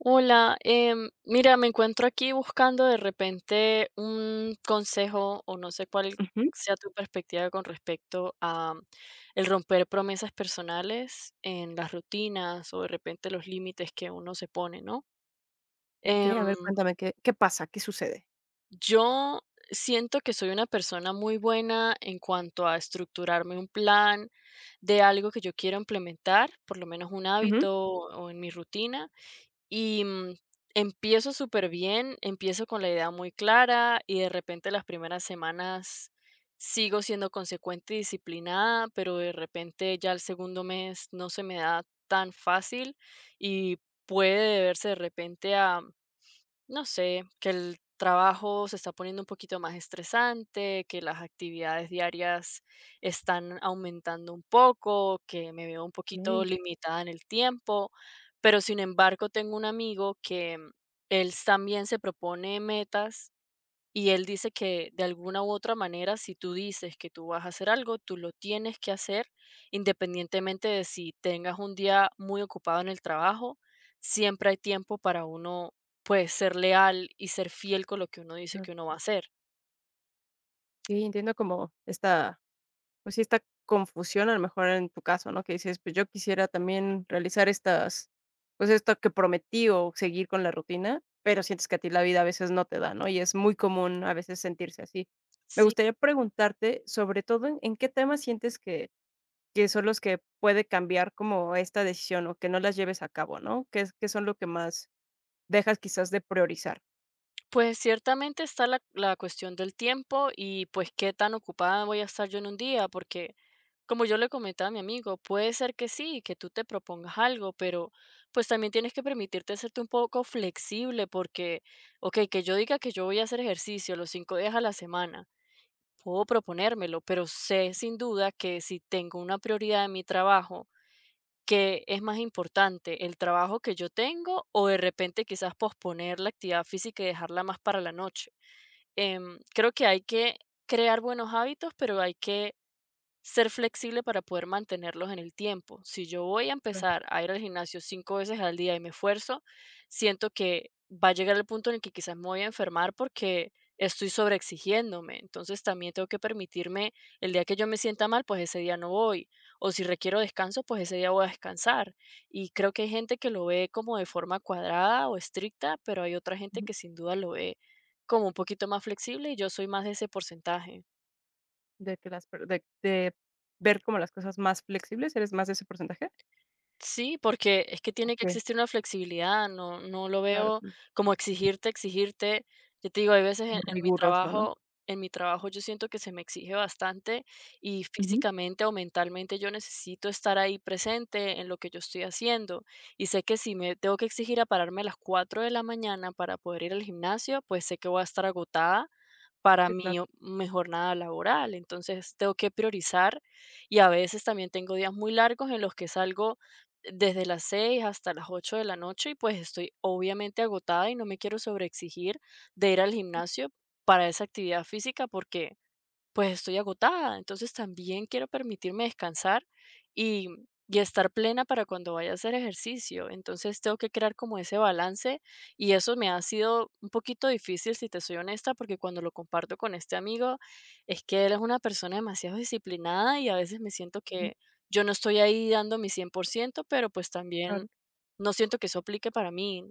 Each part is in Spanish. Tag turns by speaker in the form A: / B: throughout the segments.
A: Hola, mira, me encuentro aquí buscando de repente un consejo, o no sé cuál
B: Ujú.
A: sea tu perspectiva con respecto a, el romper promesas personales en las rutinas, o de repente los límites que uno se pone, ¿no? Em,
B: Okey, a ver, cuéntame, ¿qué pasa? ¿Qué sucede?
A: yo siento que soy una persona muy buena en cuanto a estructurarme un plan de algo que yo quiero implementar, por lo menos un
B: Ujú.
A: hábito o en mi rutina. Y empiezo súper bien, empiezo con la idea muy clara, y de repente las primeras semanas sigo siendo consecuente y disciplinada, pero de repente ya el segundo mes no se me da tan fácil. Y puede deberse de repente a, no sé, que el trabajo se está poniendo un poquito más estresante, que las actividades diarias están aumentando un poco, que me veo un poquito
B: Okey,
A: limitada en el tiempo. Pero sin embargo tengo un amigo que, él también se propone metas, y él dice que de alguna u otra manera, si tú dices que tú vas a hacer algo, tú lo tienes que hacer, independientemente de si tengas un día muy ocupado en el trabajo. Siempre hay tiempo para uno, pues, ser leal y ser fiel con lo que uno dice que uno va a hacer.
B: okey, entiendo como esta, pues sí, esta confusión, a lo mejor en tu caso, ¿no? Que dices, pues yo quisiera también realizar estas, pues esto que prometí o seguir con la rutina, pero sientes que a ti la vida a veces no te da, ¿no? Y es muy común a veces sentirse así. Me gustaría preguntarte, sobre todo, ¿en qué temas sientes que son los que puede cambiar como esta decisión o que no las lleves a cabo, no? ¿Qué es qué son lo que más dejas quizás de priorizar?
A: Pues ciertamente está la cuestión del tiempo y pues qué tan ocupada voy a estar yo en un día, porque como yo le comentaba a mi amigo, puede ser que sí, que tú te propongas algo, pero pues también tienes que permitirte serte un poco flexible. Porque, ok, que yo diga que yo voy a hacer ejercicio los 5 días a la semana, puedo proponérmelo, pero sé sin duda que si tengo una prioridad en mi trabajo, que es más importante, el trabajo que yo tengo o de repente quizás posponer la actividad física y dejarla más para la noche? Creo que hay que crear buenos hábitos, pero hay que ser flexible para poder mantenerlos en el tiempo. Si yo voy a
B: Claro.
A: empezar a ir al gimnasio 5 veces al día y me esfuerzo, siento que va a llegar el punto en el que quizás me voy a enfermar, porque estoy sobreexigiéndome. Entonces también tengo que permitirme, el día que yo me sienta mal, pues ese día no voy. O si requiero descanso, pues ese día voy a descansar. Y creo que hay gente que lo ve como de forma cuadrada o estricta, pero hay otra gente que sin duda lo ve como un poquito más flexible, y yo soy más de ese porcentaje.
B: De que las per de ver como las cosas más flexibles, ¿eres más de ese porcentaje?
A: Sí, porque es que tiene que
B: Okey.
A: existir una flexibilidad, no no lo
B: Claro,
A: veo
B: mm.
A: como exigirte, exigirte. Yo te digo, hay veces en
B: Como
A: en mi
B: riguroso, ¿no?
A: trabajo en mi trabajo yo siento que se me exige bastante, y
B: Ujú.
A: físicamente o mentalmente yo necesito estar ahí presente en lo que yo estoy haciendo. Y sé que si me tengo que exigir a pararme a las 4 de la mañana para poder ir al gimnasio, pues sé que voy a estar agotada para
B: Sí, claro.
A: mi o mi jornada laboral. Entonces, tengo que priorizar. Y a veces también tengo días muy largos en los que salgo desde las 6 hasta las 8 de la noche y, pues, estoy obviamente agotada y no me quiero sobreexigir de ir al gimnasio para esa actividad física, porque pues estoy agotada. Entonces también quiero permitirme descansar, y, y estar plena para cuando vaya a hacer ejercicio. Entonces tengo que crear como ese balance, y eso me ha sido un poquito difícil, si te soy honesta, porque cuando lo comparto con este amigo, es que él es una persona demasiado disciplinada, y a veces me siento
B: Ujú.
A: que yo no estoy ahí dando mi 100%, pero pues también
B: Claro.
A: no siento que eso aplique para mí.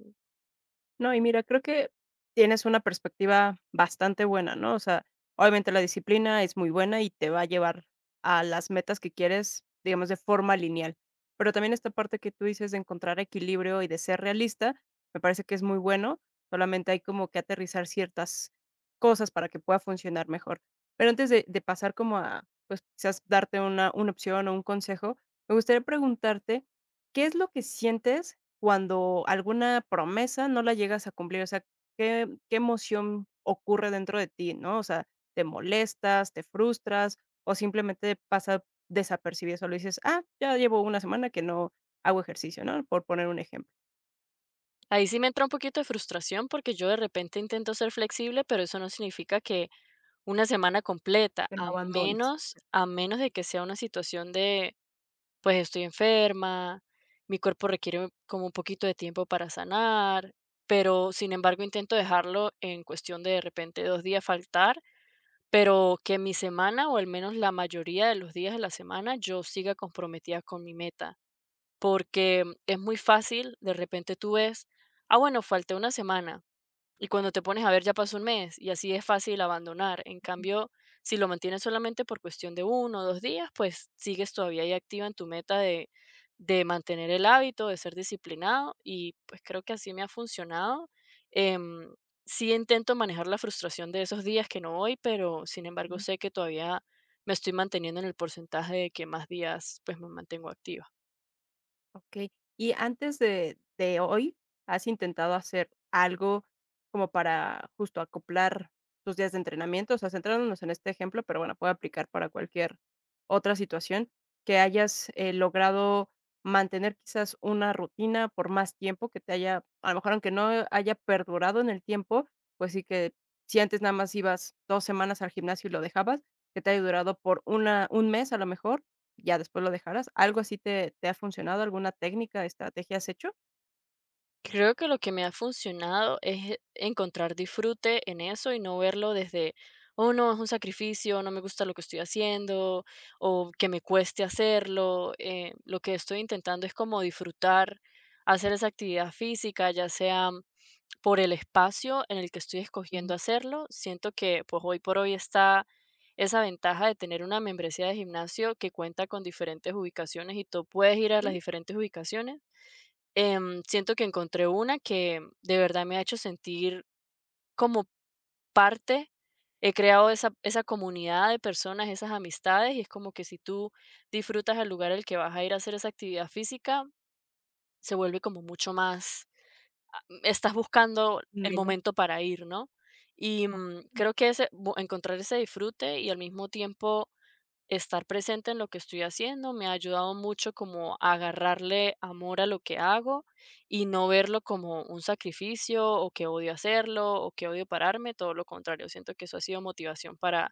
B: No, y mira, creo que tienes una perspectiva bastante buena, ¿no? O sea, obviamente la disciplina es muy buena y te va a llevar a las metas que quieres, digamos, de forma lineal. Pero también esta parte que tú dices de encontrar equilibrio y de ser realista, me parece que es muy bueno. Solamente hay como que aterrizar ciertas cosas para que pueda funcionar mejor. Pero antes de pasar como a, pues quizás darte una opción o un consejo, me gustaría preguntarte, ¿qué es lo que sientes cuando alguna promesa no la llegas a cumplir? O sea, ¿qué emoción ocurre dentro de ti, ¿no? O sea, ¿te molestas, te frustras o simplemente pasa desapercibido? Solo dices, ah, ya llevo una semana que no hago ejercicio, ¿no? Por poner un ejemplo,
A: Ahí sí me entra un poquito de frustración, porque yo de repente intento ser flexible, pero eso no significa que una semana completa.
B: que no
A: a
B: abandones.
A: menos a menos de que sea una situación de, pues, estoy enferma, mi cuerpo requiere como un poquito de tiempo para sanar. Pero, sin embargo, intento dejarlo en cuestión de repente, 2 días faltar, pero que mi semana, o al menos la mayoría de los días de la semana, yo siga comprometida con mi meta, porque es muy fácil, de repente tú ves: "Ah, bueno, falté una semana". Y cuando te pones a ver, ya pasó un mes y así es fácil abandonar. En cambio, si lo mantienes solamente por cuestión de 1 o 2 días, pues sigues todavía ahí activa en tu meta de mantener el hábito, de ser disciplinado y, pues, creo que así me ha funcionado. Em, sí intento manejar la frustración de esos días que no voy, pero sin embargo, sé que todavía me estoy manteniendo en el porcentaje de que más días, pues, me mantengo activa.
B: Okey. Y antes de hoy, ¿has intentado hacer algo como para justo acoplar tus días de entrenamiento? O sea, centrándonos en este ejemplo, pero bueno, puede aplicar para cualquier otra situación, que hayas, logrado mantener quizás una rutina por más tiempo que te haya, a lo mejor, aunque no haya perdurado en el tiempo, pues sí que si antes nada más ibas 2 semanas al gimnasio y lo dejabas, que te haya durado por una un mes, a lo mejor, ya después lo dejarás. ¿Algo así te ha funcionado? ¿Alguna técnica, estrategia has hecho?
A: Creo que lo que me ha funcionado es encontrar disfrute en eso, y no verlo desde, oh no, es un sacrificio, no me gusta lo que estoy haciendo, o que me cueste hacerlo. Lo que estoy intentando es como disfrutar, hacer esa actividad física, ya sea por el espacio en el que estoy
B: Ujú,
A: escogiendo hacerlo. Siento que pues hoy por hoy está esa ventaja de tener una membresía de gimnasio que cuenta con diferentes ubicaciones y tú puedes ir a las
B: ujú.
A: diferentes ubicaciones. Siento que encontré una que de verdad me ha hecho sentir como parte. He creado esa comunidad de personas, esas amistades, y es como que si tú disfrutas el lugar al que vas a ir a hacer esa actividad física, se vuelve como mucho más, estás buscando el
B: Menos.
A: momento para ir, ¿no? Y
B: Oh.
A: mm, creo que ese, encontrar ese disfrute y al mismo tiempo estar presente en lo que estoy haciendo, me ha ayudado mucho, como a agarrarle amor a lo que hago, y no verlo como un sacrificio, o que odio hacerlo, o que odio pararme. Todo lo contrario, siento que eso ha sido motivación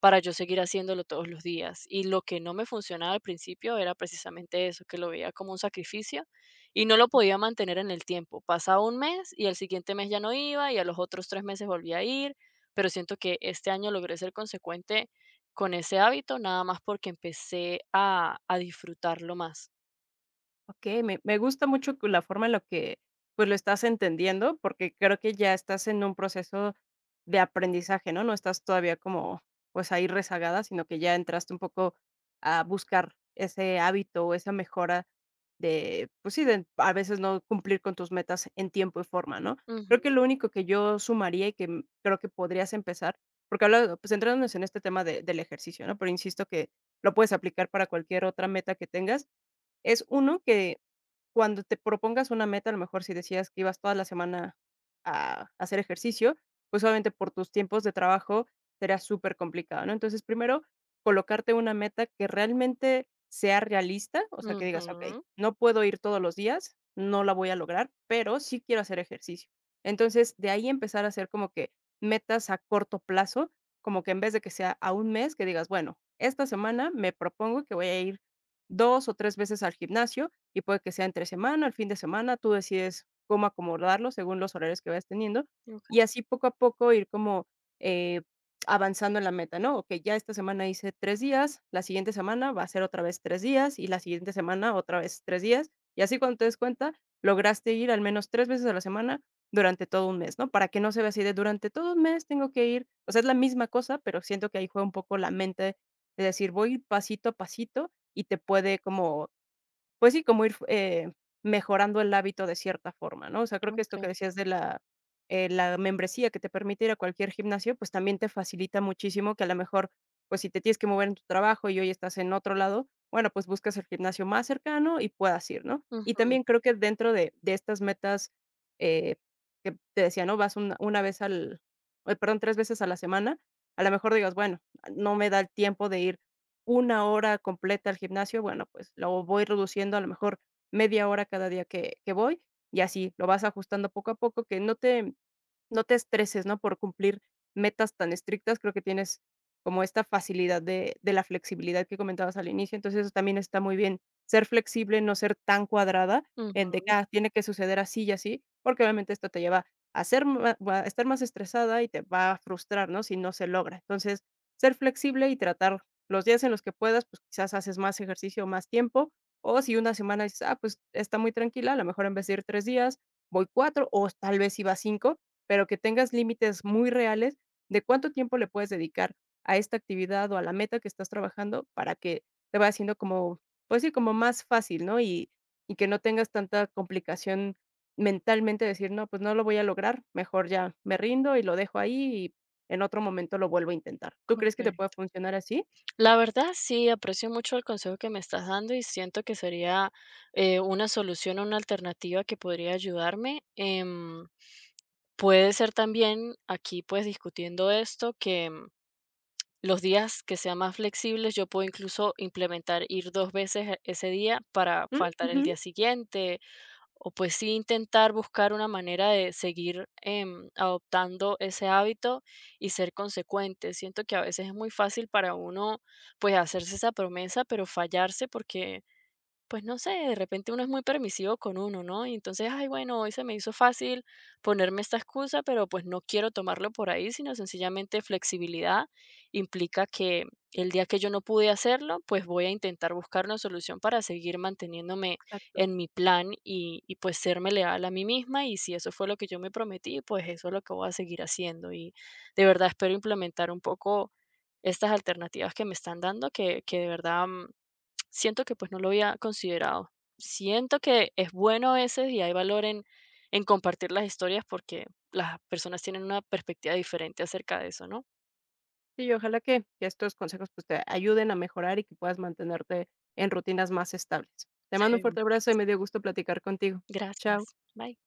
A: para yo seguir haciéndolo todos los días. Y lo que no me funcionaba al principio era precisamente eso, que lo veía como un sacrificio y no lo podía mantener en el tiempo. Pasaba un mes, y al siguiente mes ya no iba, y a los otros 3 meses volvía a ir, pero siento que este año logré ser consecuente con ese hábito, nada más porque empecé a disfrutarlo más.
B: Okey, me gusta mucho que la forma en la que, pues, lo estás entendiendo, porque creo que ya estás en un proceso de aprendizaje, ¿no? No estás todavía como, pues, ahí rezagada, sino que ya entraste un poco a buscar ese hábito o esa mejora de, pues sí, de a veces no cumplir con tus metas en tiempo y forma, ¿no?
A: Ujú,
B: Creo que lo único que yo sumaría y que, creo que podrías empezar, porque habla pues, centrándonos en este tema de del ejercicio, ¿no? Pero insisto que lo puedes aplicar para cualquier otra meta que tengas, es uno que cuando te propongas una meta, a lo mejor si decías que ibas toda la semana a hacer ejercicio, pues obviamente por tus tiempos de trabajo será súper complicado, ¿no? Entonces, primero, colocarte una meta que realmente sea realista, o sea, que digas, okey,
A: ujú.
B: no puedo ir todos los días, no la voy a lograr, pero sí quiero hacer ejercicio. Entonces, de ahí empezar a hacer como que metas a corto plazo, como que en vez de que sea a un mes, que digas, bueno, esta semana me propongo que voy a ir 2 o 3 veces al gimnasio y puede que sea entre semana, el fin de semana, tú decides cómo acomodarlo según los horarios que vayas teniendo, y
A: Okey,
B: así poco a poco ir como, eh, avanzando en la meta, ¿no? Okey, ya esta semana hice 3 días, la siguiente semana va a ser otra vez 3 días, y la siguiente semana otra vez 3 días, y así cuando te des cuenta, lograste ir al menos 3 veces a la semana durante todo un mes, ¿no? Para que no se vea así de durante todo un mes tengo que ir, o sea, es la misma cosa, pero siento que ahí juega un poco la mente de decir voy pasito a pasito y te puede como pues sí, como ir mejorando el hábito de cierta forma, ¿no? O sea, creo que esto que
A: okey.
B: decías de la, la membresía que te permite ir a cualquier gimnasio, pues también te facilita muchísimo que a lo mejor, pues si te tienes que mover en tu trabajo y hoy estás en otro lado, bueno, pues buscas el gimnasio más cercano y puedas ir, ¿no? Y
A: Ujú,
B: también creo que dentro de estas metas, eh, que te decía, ¿no? Vas una vez al ay, perdón, 3 veces a la semana, a lo mejor digas, bueno, no me da el tiempo de ir una hora completa al gimnasio, bueno, pues lo voy reduciendo a lo mejor media hora cada día que voy, y así lo vas ajustando poco a poco, que no te estreses, ¿no? Por cumplir metas tan estrictas, creo que tienes como esta facilidad de la flexibilidad que comentabas al inicio, entonces eso también está muy bien, ser flexible, no ser tan cuadrada en de que,
A: ujú,
B: ah, tiene que suceder así y así, porque obviamente esto te lleva a ser ma ma a estar más estresada y te va a frustrar, ¿no? Si no se logra. Entonces, ser flexible y tratar los días en los que puedas, pues, quizás haces más ejercicio, más tiempo, o si una semana dices: "Ah, pues, está muy tranquila", a lo mejor en vez de ir 3 días, voy 4 o tal vez iba 5 pero que tengas límites muy reales de cuánto tiempo le puedes dedicar a esta actividad o a la meta que estás trabajando para que te vaya siendo como, pues sí, como más fácil, ¿no? Y que no tengas tanta complicación mentalmente de decir, no, pues no lo voy a lograr, mejor ya me rindo y lo dejo ahí y en otro momento lo vuelvo a intentar. ¿Tú crees que te pueda
A: correcto.
B: funcionar así?
A: La verdad, sí, aprecio mucho el consejo que me estás dando, y siento que sería, una solución o una alternativa que podría ayudarme. Puede ser también aquí, pues, discutiendo esto, que, los días que sean más flexibles, yo puedo incluso implementar ir 2 veces ese día para
B: Mm,
A: faltar
B: ujú,
A: el día siguiente. O pues sí, intentar buscar una manera de seguir, adoptando ese hábito y ser consecuente. Siento que a veces es muy fácil para uno, pues, hacerse esa promesa, pero fallarse, porque pues no sé, de repente uno es muy permisivo con uno, ¿no? Y entonces, ay, bueno, hoy se me hizo fácil ponerme esta excusa, pero pues no quiero tomarlo por ahí, sino sencillamente flexibilidad implica que el día que yo no pude hacerlo, pues voy a intentar buscar una solución para seguir manteniéndome
B: exacto.
A: en mi plan, y pues serme leal a mí misma. Y si eso fue lo que yo me prometí, pues eso es lo que voy a seguir haciendo. Y de verdad espero implementar un poco estas alternativas que me están dando, que de verdad, siento que, pues, no lo había considerado. Siento que es bueno a veces, y hay valor en compartir las historias, porque las personas tienen una perspectiva diferente acerca de eso, ¿no?
B: Sí, y ojalá que estos consejos, pues, te ayuden a mejorar y que puedas mantenerte en rutinas más estables. Te mando un
A: Sí.
B: fuerte abrazo y me dio gusto platicar contigo.
A: Gracias.
B: Chao.
A: Bye.